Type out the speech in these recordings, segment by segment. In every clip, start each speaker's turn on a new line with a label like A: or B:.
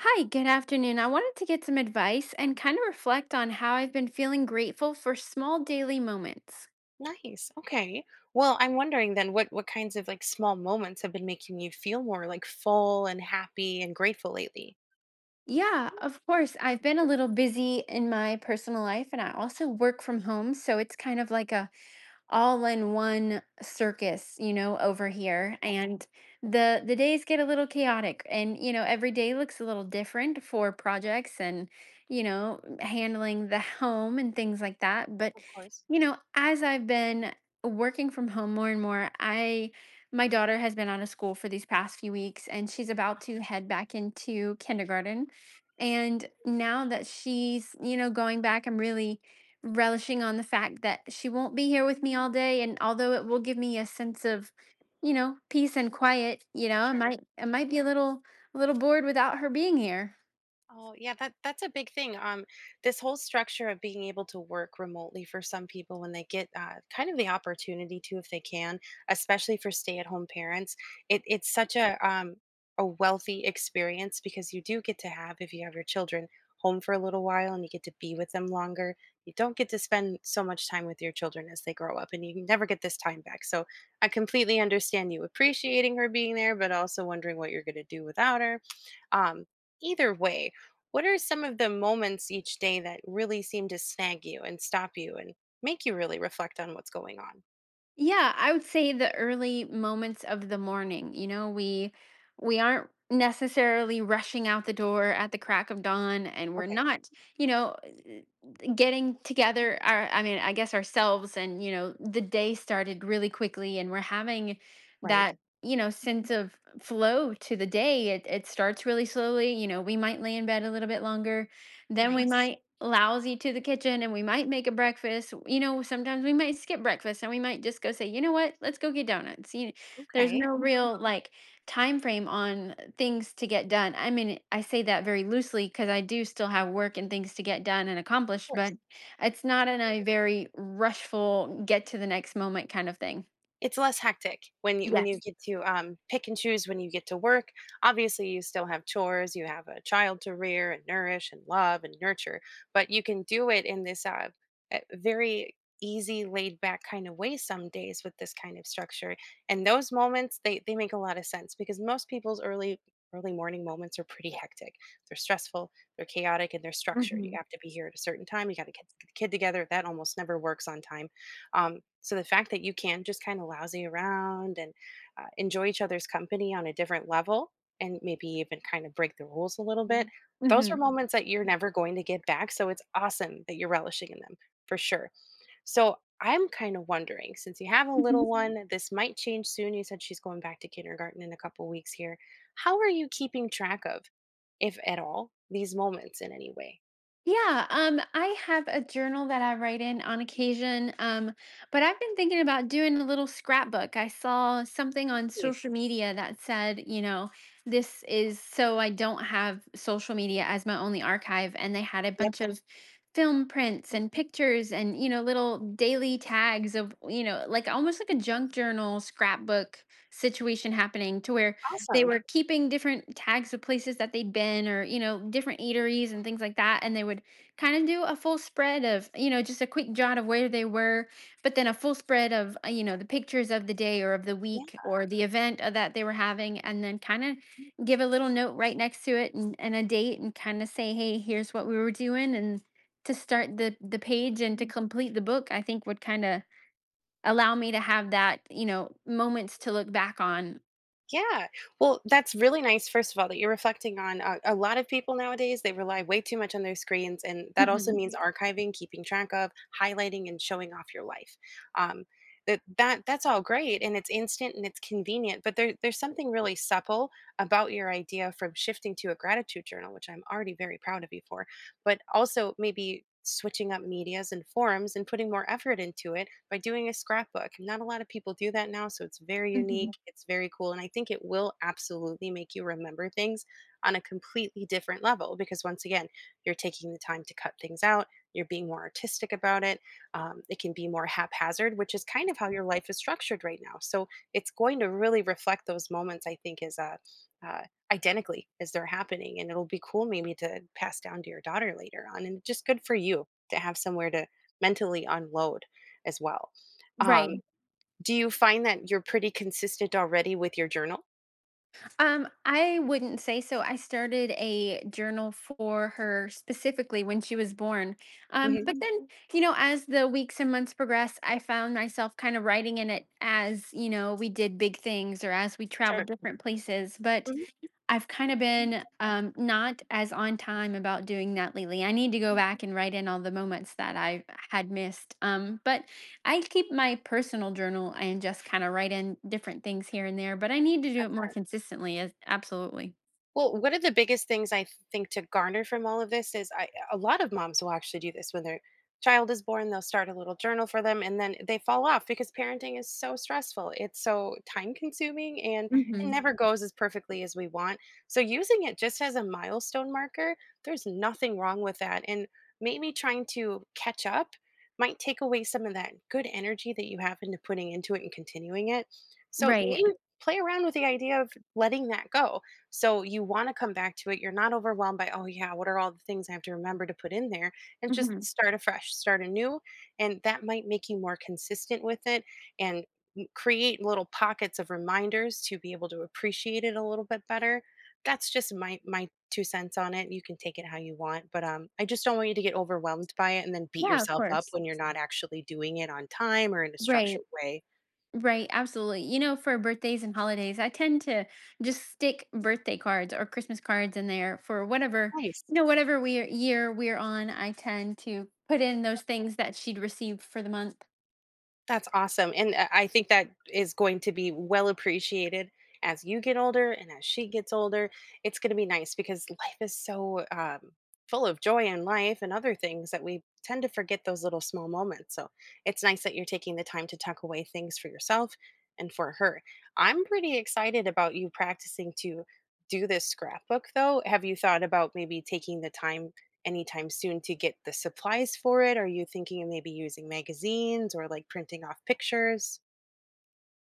A: Hi, good afternoon. I wanted to get some advice and kind of reflect on how I've been feeling grateful for small daily moments.
B: Nice. Okay. Well, I'm wondering then what kinds of like small moments have been making you feel more like full and happy and grateful lately?
A: Yeah, of course. I've been a little busy in my personal life and I also work from home. So it's kind of like a all in one circus, you know, over here.
B: Yes,
A: And the days get a little chaotic and you know, every day looks a little different for projects and you know, handling the home and things like that. But
B: of course.
A: you know, as I've been working from home more and more, I my daughter has been out of school for these past few weeks and she's about to head back into kindergarten. And now that she's, you know, going back, I'm really relishing on the fact that she won't be here with me all day and although it will give me a sense of you know peace and quiet you know i
B: Sure.
A: might i might be a little bored without her being here.
B: Oh, yeah, that's a big thing. This whole structure of being able to work remotely for some people when they get kind of the opportunity to, if they can, especially for stay-at-home parents, it's such a wealthy experience because you do get to have, if you have your children home for a little while and you get to be with them longer. You don't get to spend so much time with your children as they grow up, and you can never get this time back. So I completely understand you appreciating her being there, but also wondering what you're going to do without her. Um, Either way, what are some of the moments each day that really seem to snag you and stop you and make you really reflect on what's going on?
A: Yeah, I would say the early moments of the morning. You know, we aren't necessarily rushing out the door at the crack of dawn and we're
B: Okay.
A: not, you know, getting together our I mean, I guess ourselves and, you know, the day started really quickly and we're having
B: Right.
A: that, you know, sense of flow to the day. It starts really slowly, you know, we might lay in bed a little bit longer, then we
B: Nice.
A: might lousy to the kitchen and we might make a breakfast. You know, sometimes we might skip breakfast and we might just go say, you know what, let's go get donuts. You there's
B: Okay.
A: no real like time frame on things to get done. I mean, I say that very loosely because I do still have work and things to get done and
B: Of
A: accomplished,
B: course.
A: but it's not in a very rushful get to the next moment kind of thing.
B: It's less hectic when you
A: Yes.
B: get to, pick and choose when you get to work. Obviously, you still have chores, you have a child to rear and nourish and love and nurture, but you can do it in this, very easy, laid back kind of way some days with this kind of structure, and those moments, they make a lot of sense because most people's early morning moments are pretty hectic. They're stressful, they're chaotic, and they're structured. You
A: Mm-hmm.
B: have to be here at a certain time, you gotta get the kid together, that almost never works on time. So the fact that you can just kind of lousy around and enjoy each other's company on a different level and maybe even kind of break the rules a little bit, those
A: Mm-hmm.
B: are moments that you're never going to get back. So it's awesome that you're relishing in them for sure. So I'm kind of wondering since you have a little one, this might change soon. You said she's going back to kindergarten in a couple weeks here. How are you keeping track of, if at all, these moments in any way?
A: Yeah, I have a journal that I write in on occasion, but I've been thinking about doing a little scrapbook. I saw something on
B: Please.
A: social media that said, you know, this is so I don't have social media as my only archive, and they had a
B: Yep.
A: bunch of film prints and pictures and, you know, little daily tags of, you know, like almost like a junk journal scrapbook situation happening to where they
B: Awesome.
A: were keeping different tags of places that they'd been or you know different eateries and things like that and they would kind of do a full spread of you know just a quick jot of where they were but then a full spread of you know the pictures of the day or of the week or the event that they were having and then kind of give a little note right next to it and a date and kind of say hey here's what we were doing and to start the page and to
B: Hmm.
A: complete the book I think would kind of allow me to have that you know moments to look back on.
B: Yeah. Well, that's really nice, first of all, that you're reflecting on a lot of people nowadays, they rely way too much on their screens, and that also
A: Mhm,
B: means archiving, keeping track of, highlighting, and showing off your life. Um, that's all great and it's instant and it's convenient but there's something really supple about your idea from shifting to a gratitude journal which I'm already very proud of you for, but also maybe switching up medias and forums and putting more effort into it by doing a scrapbook. Not a lot of people do that now, so it's very
A: mhm.
B: unique, it's very cool, and I think it will absolutely make you remember things on a completely different level because once again, you're taking the time to cut things out, you're being more artistic about it. It can be more haphazard, which is kind of how your life is structured right now. So it's going to really reflect those moments, I think, as a uh, identically as they're happening and it'll be cool maybe to pass down to your daughter later on and just good for you to have somewhere to mentally unload as well. um,
A: Right.
B: do you find that you're pretty consistent already with your journal?
A: I wouldn't say so. I started a journal for her specifically when she was born. But
B: Hmm.
A: then, you know, as the weeks and months progressed, I found myself kind of writing in it as, you know, we did big things or as we traveled
B: Sure.
A: different places. But
B: Mhm.
A: I've kind of been not as on time about doing that lately. I need to go back and write in all the moments that I had missed. But I keep my personal journal and just kind of write in different things here and there. But I need to do
B: That's
A: it more
B: good.
A: consistently. As absolutely.
B: Well, one of the biggest things I think to garner from all of this is I a lot of moms will actually do this when their child is born, they'll start a little journal for them and then they fall off because parenting is so stressful. It's so time consuming and it
A: Hmm.
B: never Mhm. goes as perfectly as we want. So using it just as a milestone marker, there's nothing wrong with that. And maybe trying to catch up might take away some of that good energy that you have into putting into it and continuing it. So
A: Right.
B: maybe play around with the idea of letting that go so you want to come back to it. You're not overwhelmed by, oh, yeah, what are all the things I have to remember to put in there? And just
A: Hmm.
B: start afresh, start anew. And that might make you more consistent with it and create little pockets of reminders to be able to appreciate it a little bit better. That's just my two cents on it. You can take it how you want, but I just don't want you to get overwhelmed by it and then beat
A: Yeah, of
B: yourself up
A: course.
B: when you're not actually doing it on time or in a
A: Right.
B: structured way.
A: Right, absolutely. You know, for birthdays and holidays, I tend to just stick birthday cards or Christmas cards in there for whatever,
B: Nice.
A: you know, whatever we year we're on, I tend to put in those things that she'd received for the month.
B: That's awesome, and I think that is going to be well appreciated as you get older and as she gets older. It's gonna be nice because life is so, full of joy and life and other things that we tend to forget those little small moments, so it's nice that you're taking the time to tuck away things for yourself and for her. I'm pretty excited about you practicing to do this scrapbook, though. Have you thought about maybe taking the time anytime soon to get the supplies for it? Are you thinking of maybe using magazines or like printing off pictures?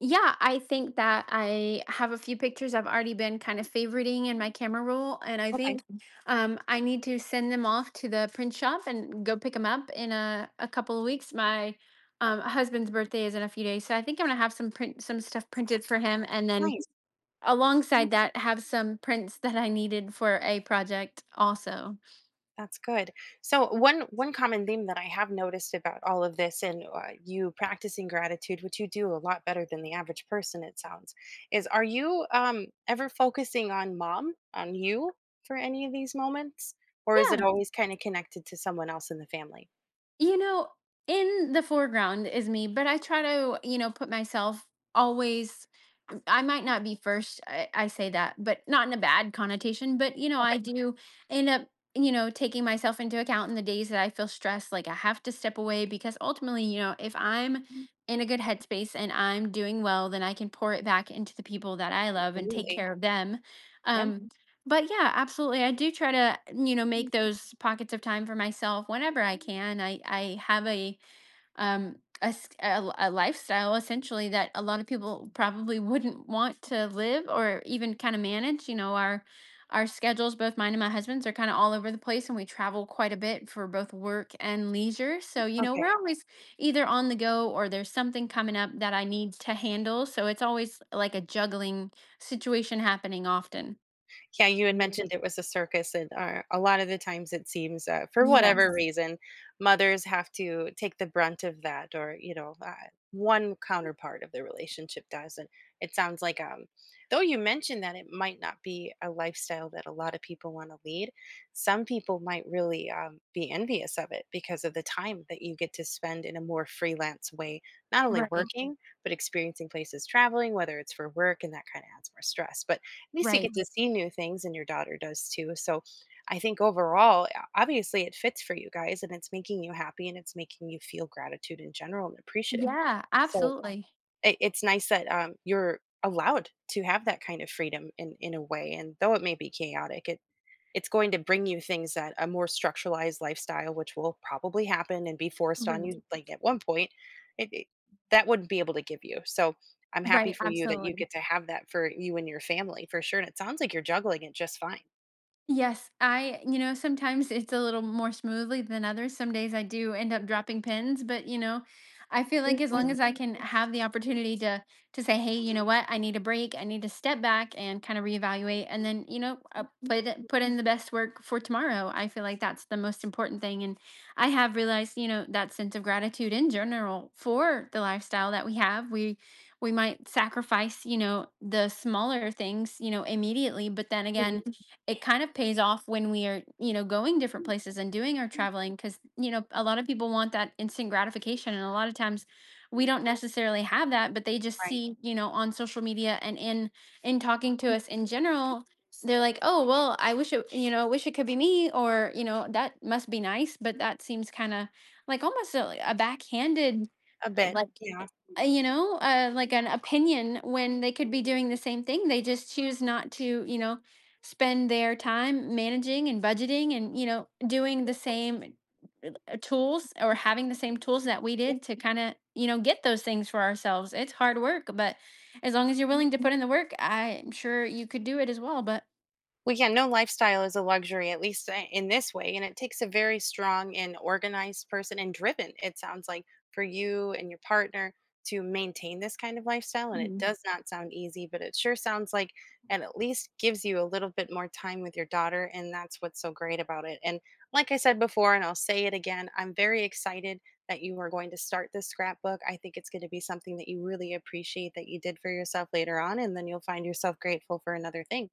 A: Yeah, I think that I have a few pictures I've already been kind of favoriting in my camera roll, and I
B: Okay,
A: think I need to send them off to the print shop and go pick them up in a couple of weeks. My husband's birthday is in a few days, so I think I'm gonna have some print some stuff printed for him, and then
B: nice. Mhm.
A: alongside that have some prints that I needed for a project also.
B: That's good. So one common theme that I have noticed about all of this and you practicing gratitude, which you do a lot better than the average person, it sounds, is are you ever focusing on mom, on you for any of these moments, or is it
A: Yeah,
B: always kind of connected to someone else in the family?
A: you know, in the foreground is me, but I try to, you know, put myself always I might not be first. I say that, but not in a bad connotation. But you know, I
B: Okay.
A: do end up, you know, taking myself into account in the days that I feel stressed. Like I have to step away because ultimately, you know, if I'm
B: Mm,
A: in a good headspace and I'm doing well, then I can pour it back into the people that I love and take
B: absolutely.
A: care of them.
B: Yep.
A: Um, But yeah, absolutely. I do try to, mm, you know, make
B: Mm.
A: those pockets of time for myself whenever I can. I have a um a lifestyle essentially that a lot of people probably wouldn't want to live or even kind of manage. You know, our schedules, both mine and my husband's, are kind of all over the place, and we travel quite a bit for both work and leisure. So you know, we're
B: Okay.
A: always either on the go or there's something coming up that I need to handle. So it's always like a juggling situation happening often.
B: Yeah, you had mentioned it was a circus, and a lot of the times it seems, for whatever Mm.
A: Yes.
B: reason, mothers have to take the brunt of that, or you know, one counterpart of the relationship does. And it sounds like, though you mentioned that it might not be a lifestyle that a lot of people want to lead, some people might really be envious of it because of the time that you get to spend in a more freelance way, not only Mm.
A: Right,
B: working but experiencing places, traveling, whether it's for work, and that kind of adds more stress, but least you
A: right.
B: get to see new things and your daughter does too. So I think overall, obviously it fits for you guys and it's making you happy and it's making you feel gratitude in general and appreciative.
A: Yeah,
B: So
A: absolutely.
B: it's nice that you're allowed to have that kind of freedom in a way. And though it may be chaotic, it's going to bring you things that a more structuralized lifestyle, which will probably happen and be forced on
A: Right,
B: you, like at one point, it, it- that wouldn't be able to give you. So I'm happy
A: right,
B: for you that you
A: absolutely.
B: get to have that for you and your family for sure. And it sounds like you're juggling it just fine.
A: Yes, I you know, sometimes it's a little more smoothly than others. Some days I do end up dropping pins, but you know, I feel
B: Yes,
A: like as long
B: ma'am.
A: as I Mhm. can have the opportunity to say, "Hey, you know what? I need a break. I need to step back and kind of reevaluate and then, you know, put it- put in the best work for tomorrow." I feel like that's the most important thing and I have realized, you know, that sense of gratitude in general for the lifestyle that we have. We might sacrifice, you know, the smaller things, you know, immediately, but then again,
B: Mhm,
A: it kind of pays off when we are, you know, going different places and doing our traveling because, you know, a lot of people want that instant gratification. And a lot of times we don't necessarily have that, but they just
B: right.
A: see, you know, on social media and in talking to us in general, they're like, oh well, I wish it, you know, wish it could be me, or, you know, that must be nice. But that seems kind of like almost a, like a backhanded
B: A bit,
A: like
B: yeah.
A: you know, like an opinion when they could be doing the same thing. They just choose not to, you know, spend their time managing and budgeting and, you know, doing the same tools or having the same tools that we did to kind of, you know, get those things for ourselves. It's hard work, but as long as you're willing to put in the work, I'm sure you could do it as well. But
B: Well, yeah, no lifestyle is a luxury, at least in this way. And it takes a very strong and organized person and driven, it sounds like, for you and your partner to maintain this kind of lifestyle. And it does not sound easy, but it sure sounds like it at least gives you a little bit more time with your daughter. And that's what's so great about it. And like I said before, and I'll say it again, I'm very excited that you are going to start this scrapbook. I think it's going to be something that you really appreciate that you did for yourself later on. And then you'll find yourself grateful for another thing.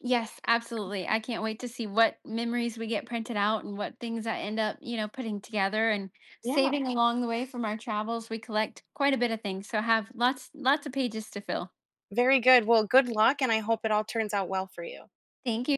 A: yes, absolutely. I can't wait to see what memories we get printed out and what things I end up, you know, putting together and
B: Yeah.
A: saving along the way from our travels. We collect quite a bit of things, so have lots of pages to fill.
B: Very good. Well, good luck, and I hope it all turns out well for you.
A: Thank you.